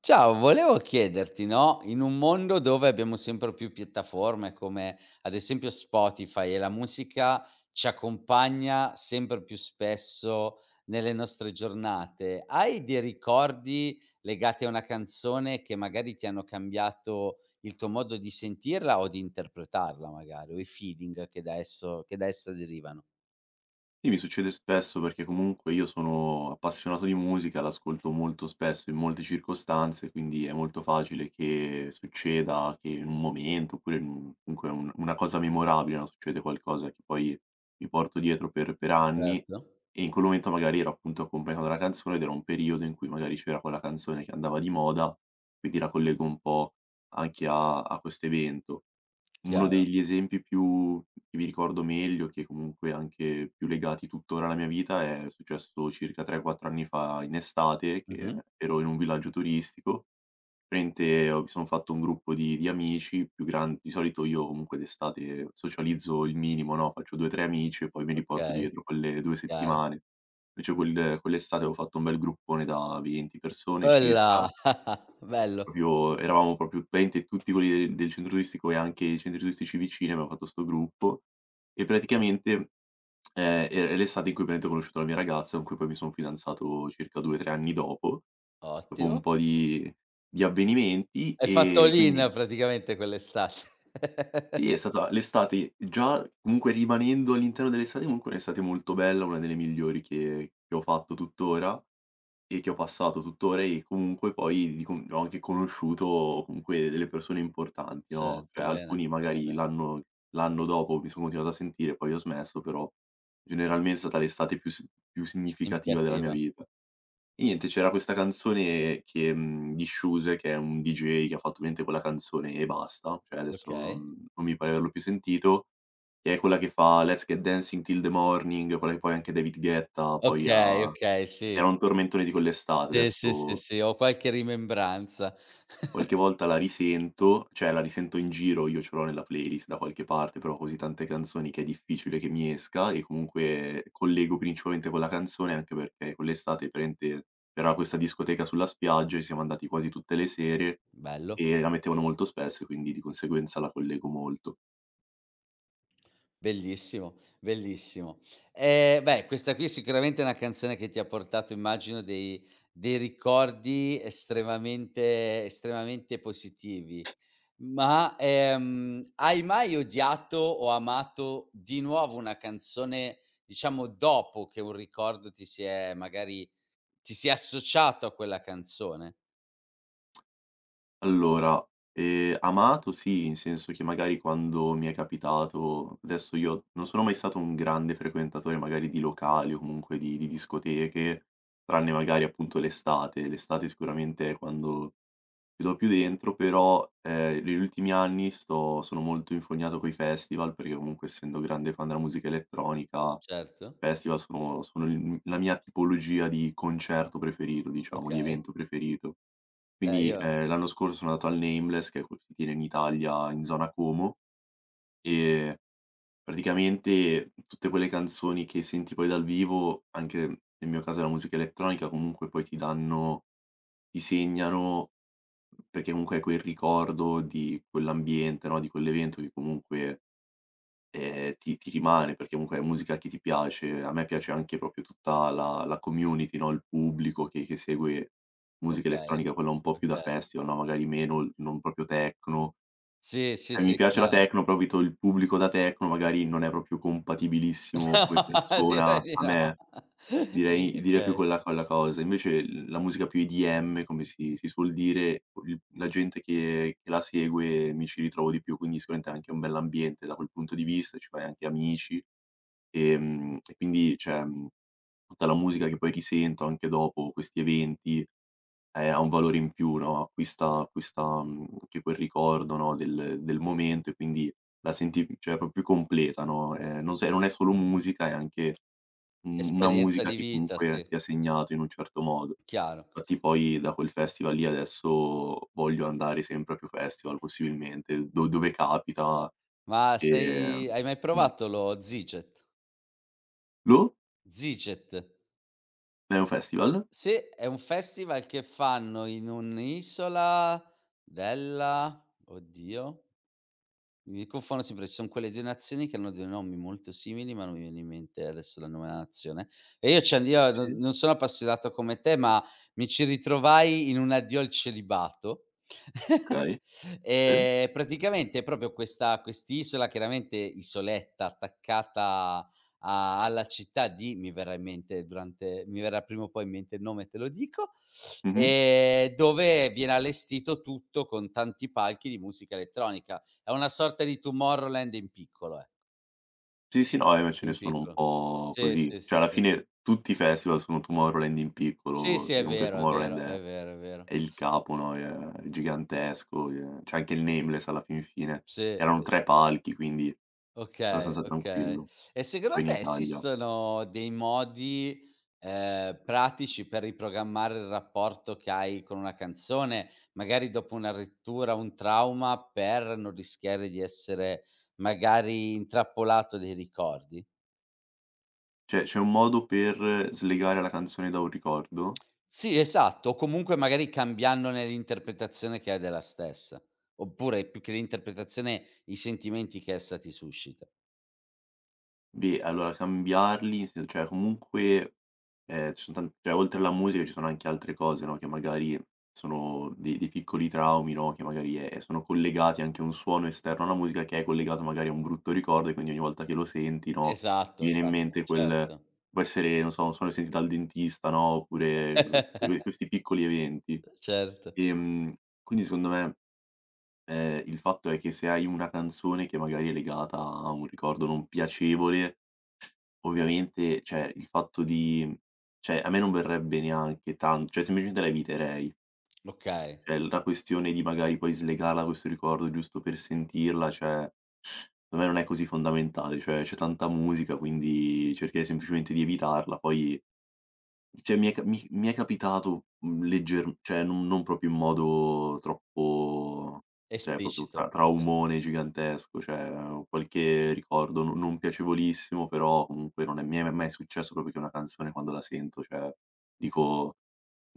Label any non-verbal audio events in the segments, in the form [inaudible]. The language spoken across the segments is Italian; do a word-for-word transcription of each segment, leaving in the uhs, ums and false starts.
Ciao, volevo chiederti, no, in un mondo dove abbiamo sempre più piattaforme come ad esempio Spotify e la musica ci accompagna sempre più spesso nelle nostre giornate, hai dei ricordi legati a una canzone che magari ti hanno cambiato il tuo modo di sentirla o di interpretarla magari, o i feeling che da esso che da essa derivano? Sì, mi succede spesso perché comunque io sono appassionato di musica, l'ascolto molto spesso in molte circostanze, quindi è molto facile che succeda che in un momento, oppure in un- comunque un- una cosa memorabile, no? Succede qualcosa che poi mi porto dietro per, per anni Certo, e in quel momento magari ero appunto accompagnato da una canzone ed era un periodo in cui magari c'era quella canzone che andava di moda, quindi la collego un po' anche a, a questo evento. Uno chiaro. degli esempi più che mi ricordo meglio, che comunque anche più legati tuttora alla mia vita, è successo circa tre, quattro anni fa in estate, che Mh-mh. ero in un villaggio turistico. Praticamente ho mi son fatto un gruppo di di amici più gran di solito io comunque d'estate socializzo il minimo, no, faccio due, tre amici e poi mi riporto Okay, dietro quelle due chiaro. settimane. Invece quel quell'estate avevo fatto un bel gruppone da venti persone circa. Olla! [laughs] Bello, Proprio eravamo proprio venti tutti quelli del del centro turistico e anche i centri turistici vicini, abbiamo fatto 'sto gruppo e praticamente, ehm, e è l'estate in cui praticamente ho conosciuto la mia ragazza, con cui poi mi son fidanzato circa due, tre anni dopo, dopo ottimo. un po' di di avvenimenti Hai fatto e all-in quindi praticamente quell'estate. sì, è [laughs] stata l'estate già comunque rimanendo all'interno dell'estate, comunque è un'estate molto bella, una delle migliori che che ho fatto tuttora. E che ho passato tuttora e comunque poi di con ho anche conosciuto comunque delle persone importanti, no, Certo, cioè bene, alcuni bene, magari bene. l'anno l'anno dopo mi sono continuato a sentire, poi ho smesso, però generalmente è stata l'estate più si più significativa della mia Significativa. vita. E niente, c'era questa canzone che mhmm, di Shoes, che è un D J che ha fatto ovviamente quella canzone e basta, cioè adesso Okay. non non mi pare di averlo più sentito, che è quella che fa "Let's get dancing till the morning", quella che poi anche David Guetta poi Okay, ha okay, era sì. un tormentone di quell'estate, Sì, sì, sì, adesso sì, ho qualche rimembranza. qualche [laughs] volta la risento, cioè la risento in giro, io ce l'ho nella playlist da qualche parte, però ho così tante canzoni che è difficile che mi esca e comunque collego principalmente quella canzone, anche perché quell'estate praticamente era questa discoteca sulla spiaggia e siamo andati quasi tutte le sere Bello. e la mettevano molto spesso e quindi di conseguenza la collego molto. Bellissimo, bellissimo. Ehm, beh, questa qui sicuramente è sicuramente una canzone che ti ha portato immagino dei dei ricordi estremamente estremamente positivi. Ma, ehm, hai mai odiato o amato di nuovo una canzone, diciamo dopo che un ricordo ti si è magari ti si è associato a quella canzone? Allora, ehm, amato sì, in senso che magari quando mi è capitato adesso io non sono mai stato un grande frequentatore magari di locali o comunque di di discoteche, tranne magari appunto l'estate. L'estate sicuramente è quando ci do più dentro, però, ehm, negli ultimi anni sto sono molto infognato coi festival, perché comunque essendo grande fan della musica elettronica, Certo, i festival sono sono il la mia tipologia di concerto preferito, diciamo, di okay. evento preferito. Eh, Quindi, io ehm, l'anno scorso sono andato al Nameless, che è quello che si tiene in Italia, in zona Como, e praticamente tutte quelle canzoni che senti poi dal vivo, anche nel mio caso è la musica elettronica, comunque poi ti danno ti segnano perché comunque è quel ricordo di quell'ambiente, no, di quell'evento che comunque, ehm, ti ti rimane, perché comunque è musica che ti piace. A me piace anche proprio tutta la la community, no, il pubblico che che segue musica okay, elettronica, quella un po' più da okay. festival, no, magari meno l non proprio techno. Sì, sì, Eh, mi sì, piace la chiaro. techno, però abito il pubblico da techno magari non è proprio compatibilissimo No, come [laughs] persona direi di a no. me. [laughs] Di Direi direi più okay. quella quella cosa. Invece l la musica più E D M, come si si suol dire, il la gente che che la segue mi ci ritrovo di più, quindi sicuramente è anche un bell'ambiente da quel punto di vista, ci fai anche amici, ehm, e quindi cioè, mhmm, tutta la musica che poi risento anche dopo questi eventi, ehm, ha un valore in più, no, acquista acquista, mhmm, anche quel ricordo, no, del del momento e quindi la senti cioè proprio più completa, no, ehm, non se non è solo musica, è anche Mhmm, una Esperienza musica di che vita, comunque sì, ti ha segnato in un certo modo. chiaro. Infatti poi da quel festival lì adesso voglio andare sempre a più festival possibilmente, do dove capita, Ma ehm sei hai mai mh. provato lo Ziget? Lo? Ziget. È un festival? Sì, è un festival che fanno in un'isola della oddio. Mi confondo sempre, ci son quelle due nazioni che hanno dei nomi molto simili, ma non mi viene in mente adesso la nuova nazione. E io c'è io no Sì, non sono appassionato come te, ma mi ci ritrovai in un addio al celibato. [laughs] okay. Sì. Ehm, praticamente è proprio questa quest'isola, chiaramente isoletta, attaccata a alla città di mi verrà in mente durante mi verrà prima o poi in mente il nome e te lo dico, Mh-mh. ehm, dove viene allestito tutto con tanti palchi di musica elettronica. È una sorta di Tomorrowland in piccolo, ecco, Sì, sì, no, eh, ce più ne in sono un piccolo. po' Sì, così. sì, Cioè sì, alla sì. fine tutti i festival sono Tomorrowland in Sì, piccolo, sì, perché è comunque vero, è Tomorrowland vero, è. è vero, è vero. E il capo, no, ehm, gigantesco, ehm, c'è anche il Nameless alla fin fine. Sì, ehm, Erano tre palchi, quindi okay, abbastanza okay. tranquillo. E secondo Poi in te Italia. esistono dei modi, ehm, pratici per riprogrammare il rapporto che hai con una canzone, magari dopo una rottura, un trauma, per non rischiare di essere magari intrappolato dai ricordi? Cioè, c'è un modo per slegare la canzone da un ricordo. Sì, esatto, o comunque magari cambiandone l'interpretazione che hai della stessa, oppure più che l'interpretazione, i sentimenti che essa ti suscita. Beh, allora cambiarli, se cioè comunque, ehm, ci son tan cioè oltre alla musica ci sono anche altre cose, no, che magari sono dei dei piccoli traumi, no, che magari, ehm, sono collegati anche a un suono esterno alla musica che è collegato magari a un brutto ricordo e quindi ogni volta che lo senti, no, ti Esatto, viene in esatto, mente quel certo. può essere, non so, un suono sentito dal dentista, no, oppure, uhm, que [laughs] questi piccoli eventi. Certo, Ehm, quindi secondo me, ehm, il fatto è che se hai una canzone che magari è legata a un ricordo non piacevole. Ovviamente, cioè il fatto di cioè a me non verrebbe neanche tan cioè semplicemente la eviterei. okay, Cioè l la questione di magari poi slegarla da questo ricordo giusto per sentirla, cioè secondo me non è così fondamentale, cioè c'è tanta musica, quindi cercherei semplicemente di evitarla, poi cioè mi è ca mi mi è capitato, mhmm, legger cioè non non proprio in modo troppo cioè proprio esplicito, tra sì. traumone gigantesco, cioè ho qualche ricordo no non piacevolissimo, però comunque non è mi è mai successo proprio che una canzone quando la sento, cioè dico: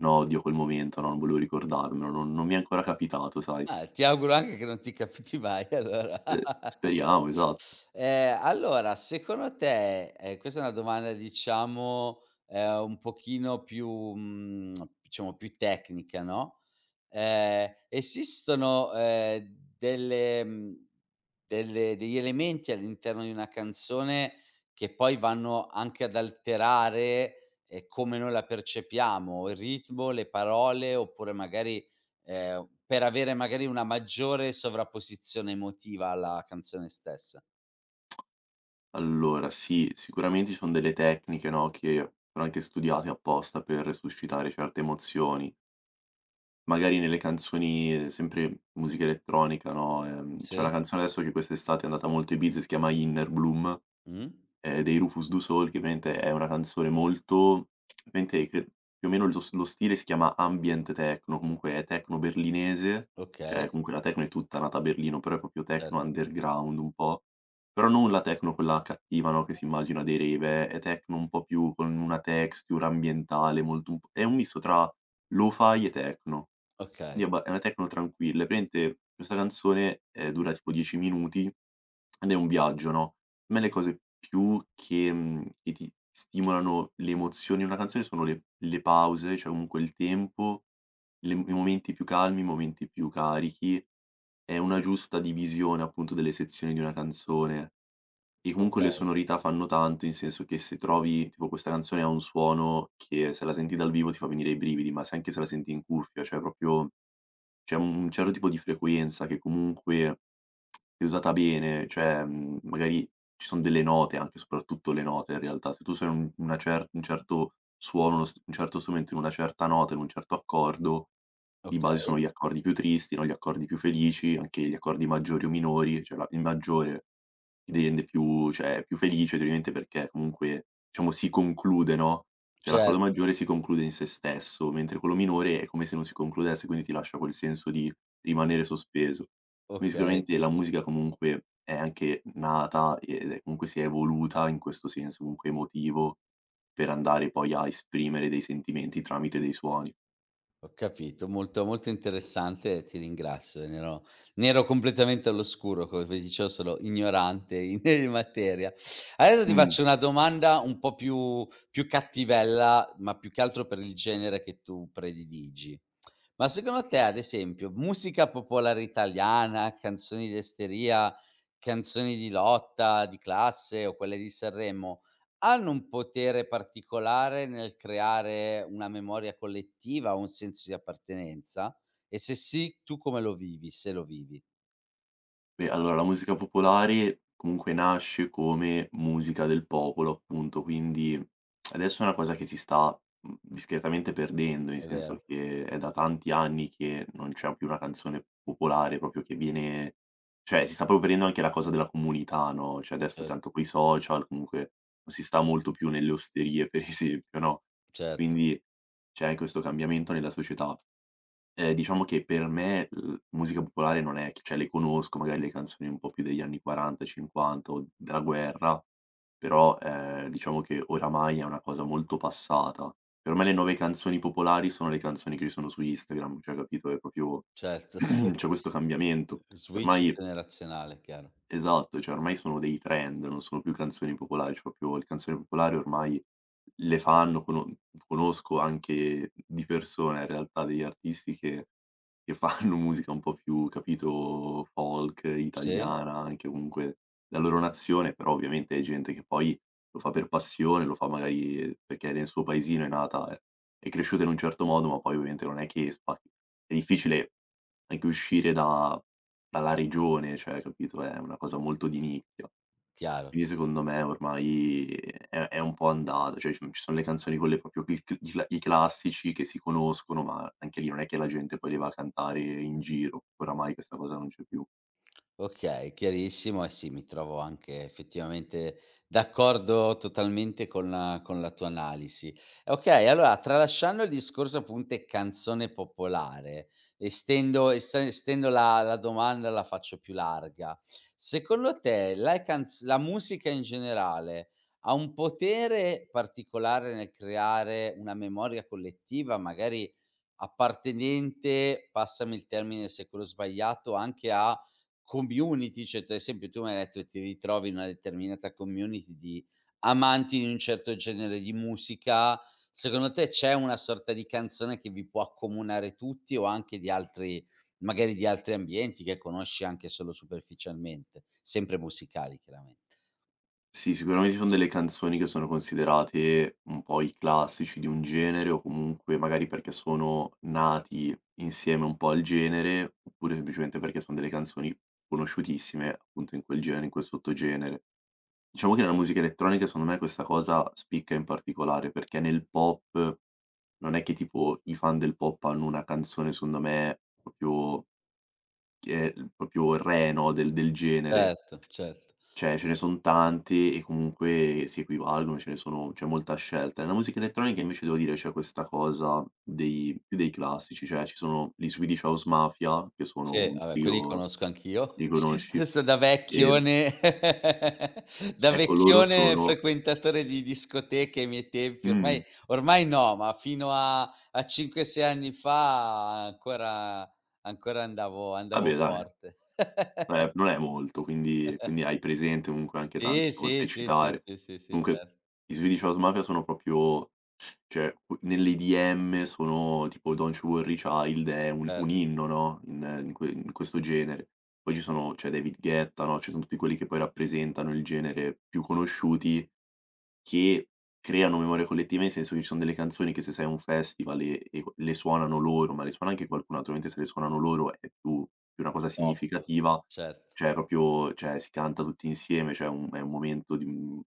"No, odio quel momento, no, non volevo ricordarmelo." Non non mi è ancora capitato, sai. Ah, ti auguro anche che non ti capiti mai allora. Ehm, [laughs] speriamo, esatto. Ehm, allora secondo te ehm, questa è una domanda diciamo, ehm, un pochino più, mhmm, diciamo più tecnica, no, Ehm, esistono, ehm, delle mhmm, delle degli elementi all'interno di una canzone che poi vanno anche ad alterare, ehm, come noi la percepiamo, il ritmo, le parole oppure magari, ehm, per avere magari una maggiore sovrapposizione emotiva alla canzone stessa. Allora sì, sicuramente ci son delle tecniche, no, che sono anche studiate apposta per suscitare certe emozioni. Magari nelle canzoni eh, sempre musica elettronica, no, ehm, c'è una Sì. canzone adesso che quest'estate è andata molto a Ibiza, si chiama Inner Bloom, Mh. ehm, dei Rufus Du Sol, che ovviamente è una canzone molto ovviamente cre più o meno lo s lo stile si chiama ambient techno, comunque è techno berlinese, cioè Okay, comunque la techno è tutta nata a Berlino, però è proprio cer techno underground un po', però non la techno quella cattiva, no, che si immagina dei rave, è è techno un po' più con una texture ambientale molto un p è un misto tra lo-fi e techno. Quindi okay, è abba è una techno tranquilla. E praticamente questa canzone, ehm, dura tipo dieci minuti ed è un viaggio, no, a me le cose più che mhmm, che ti stimolano le emozioni in una canzone sono le le pause, cioè comunque il tempo, le i momenti più calmi, i momenti più carichi, e una giusta divisione appunto delle sezioni di una canzone. E comunque le okay, sonorità fanno tanto, in senso che se trovi tipo questa canzone ha un suono che se la senti dal vivo ti fa venire i brividi, ma se anche se la senti in cuffia, cioè proprio c'è un certo tipo di frequenza che comunque, se usata bene, cioè, mhmm, magari ci son delle note, anche soprattutto le note in realtà, se tu suoni un una cer un certo suono, uno s un certo strumento in una certa nota, in un certo accordo, di base sono okay. gli accordi più tristi, no, gli accordi più felici, anche gli accordi maggiori o minori, cioè la il maggiore ti rende più cioè più felice, ovviamente perché comunque, diciamo si conclude, no, cioè l'accordo Certo, maggiore si conclude in sé stesso, mentre quello minore è come se non si concludesse, quindi ti lascia quel senso di rimanere sospeso. Quindi okay, sicuramente la sì. musica comunque è anche nata ed è comunque si è evoluta in questo senso comunque emotivo, per andare poi a esprimere dei sentimenti tramite dei suoni. Ho capito, molto molto interessante, ti ringrazio. Ne ero ne ero completamente all'oscuro, come vi dicevo sono ignorante in [laughs] in materia. Adesso ti Mh. faccio una domanda un po' più più cattivella, ma più che altro per il genere che tu prediligi. Ma secondo te, ad esempio, musica popolare italiana, canzoni di esteria, canzoni di lotta, di classe o quelle di Sanremo, hanno un potere particolare nel creare una memoria collettiva, un senso di appartenenza? E se sì, tu come lo vivi? Se lo vivi, Beh, allora la musica popolare comunque nasce come musica del popolo, appunto, quindi adesso è una cosa che si sta mh, discretamente perdendo, nel è senso vero. che è da tanti anni che non c'è più una canzone popolare proprio che viene, cioè si sta proprio perdendo anche la cosa della comunità, no? Cioè adesso Cer tanto coi social comunque non si sta molto più nelle osterie, [laughs] per esempio, no? certo, Quindi c'è questo cambiamento nella società. Ehm, diciamo che per me, l musica popolare non è che cioè le conosco magari le canzoni un po' più degli anni 'quaranta, 'cinquanta o della guerra, però, ehm, diciamo che oramai è una cosa molto passata. Per me le nuove canzoni popolari sono le canzoni che ci sono su Instagram, cioè capito, è proprio certo, [laughs] sì. [clears throat] c'è questo cambiamento. Switch Ormai. generazionale, chiaro. Esatto, cioè ormai sono dei trend, non sono più canzoni popolari, cioè proprio le canzoni popolari ormai le fanno, cono conosco anche di persona in realtà degli artisti che che fanno [laughs] musica un po' più, capito, folk, Sì, italiana, anche comunque la loro nazione, però ovviamente è gente che poi lo fa per passione, lo fa magari perché nel suo paesino è nata e è cresciuta in un certo modo, ma poi ovviamente non è che spa è difficile anche uscire da dalla regione, cioè capito, è una cosa molto di nicchia. chiaro. Quindi secondo me ormai è è un po' andata, cioè ci ci sono le canzoni quelle proprio cl cl i cla i classici che si conoscono, ma anche lì non è che la gente poi le va a cantare in giro, oramai questa cosa non c'è più. Okay, chiarissimo e sì, mi trovo anche effettivamente d'accordo totalmente con la con la tua analisi. Okay, allora tralasciando il discorso appunto canzone popolare, estendo est estendo la la domanda, la faccio più larga. Secondo te la canz la musica in generale ha un potere particolare nel creare una memoria collettiva, magari appartenente, passami il termine se è quello sbagliato, anche a community, cioè tu ad esempio tu mi hai detto che ti ritrovi in una determinata community di amanti di un certo genere di musica, secondo te c'è una sorta di canzone che vi può accomunare tutti o anche di altri magari di altri ambienti che conosci anche solo superficialmente, sempre musicali chiaramente. Sì, sicuramente ci sono delle canzoni che sono considerate un po' i classici di un genere o comunque magari perché sono nati insieme un po' al genere, oppure semplicemente perché son delle canzoni conosciutissime appunto in quel genere, in quel sottogenere. Diciamo che nella musica elettronica secondo me questa cosa spicca in particolare, perché nel pop non è che tipo i fan del pop hanno una canzone secondo me proprio che è proprio il re, no, del del genere. Certo, certo. Cioè ce ne son tante e comunque si equivalgono, ce ne sono c'è molta scelta. Nella musica elettronica invece devo dire c'è questa cosa dei più dei classici, cioè ci sono gli Swedish House Mafia, che sono Sì, un vabbè quelli li trio. conosco Li anch'io. [laughs] conosci? Adesso da Ehm, vecchione [laughs] da ecco loro vecchione sono frequentatore di discoteche ai miei tempi, mh, ormai ormai no, ma fino a a cinque, sei anni fa ancora ancora andavo andavo vabbè dai. forte. [laughs] Non è non è molto, quindi quindi hai presente comunque anche tanti Sì, che sì, potrei sì, sì, citare. sì, sì, sì, Comunque certo, i Swedish House Mafia sono proprio cioè u nell'E D M sono tipo "Don't You Worry Child" è un un certo, inno, no, in in que in questo genere. Poi ci sono c'è David Guetta, no, ci sono tutti quelli che poi rappresentano il genere più conosciuti. Che creano memoria collettiva, in senso che ci son delle canzoni che se sei a un festival e e co le suonano loro, ma le suona anche qualcun altro, mentre se le suonano loro è più più una cosa top, significativa, certo. cioè proprio cioè si canta tutti insieme, cioè un è un momento di mhmm,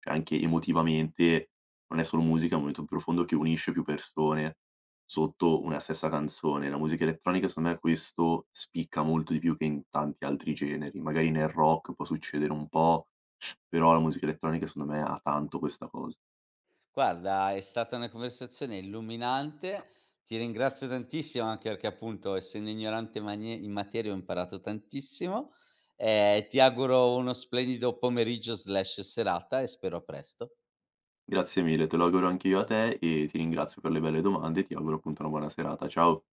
cioè anche emotivamente non è solo musica, è un momento profondo che unisce più persone sotto una stessa canzone. La musica elettronica secondo me questo spicca molto di più che in tanti altri generi. Magari nel rock può succedere un po', però la musica elettronica secondo me ha tanto questa cosa. Guarda, è stata una conversazione illuminante. Ti ringrazio tantissimo anche perché appunto essendo ignorante magne- in materia ho imparato tantissimo. Eh, ti auguro uno splendido pomeriggio slash serata e spero a presto. Grazie mille, te lo auguro anch'io a te e ti ringrazio per le belle domande e ti auguro appunto una buona serata. Ciao.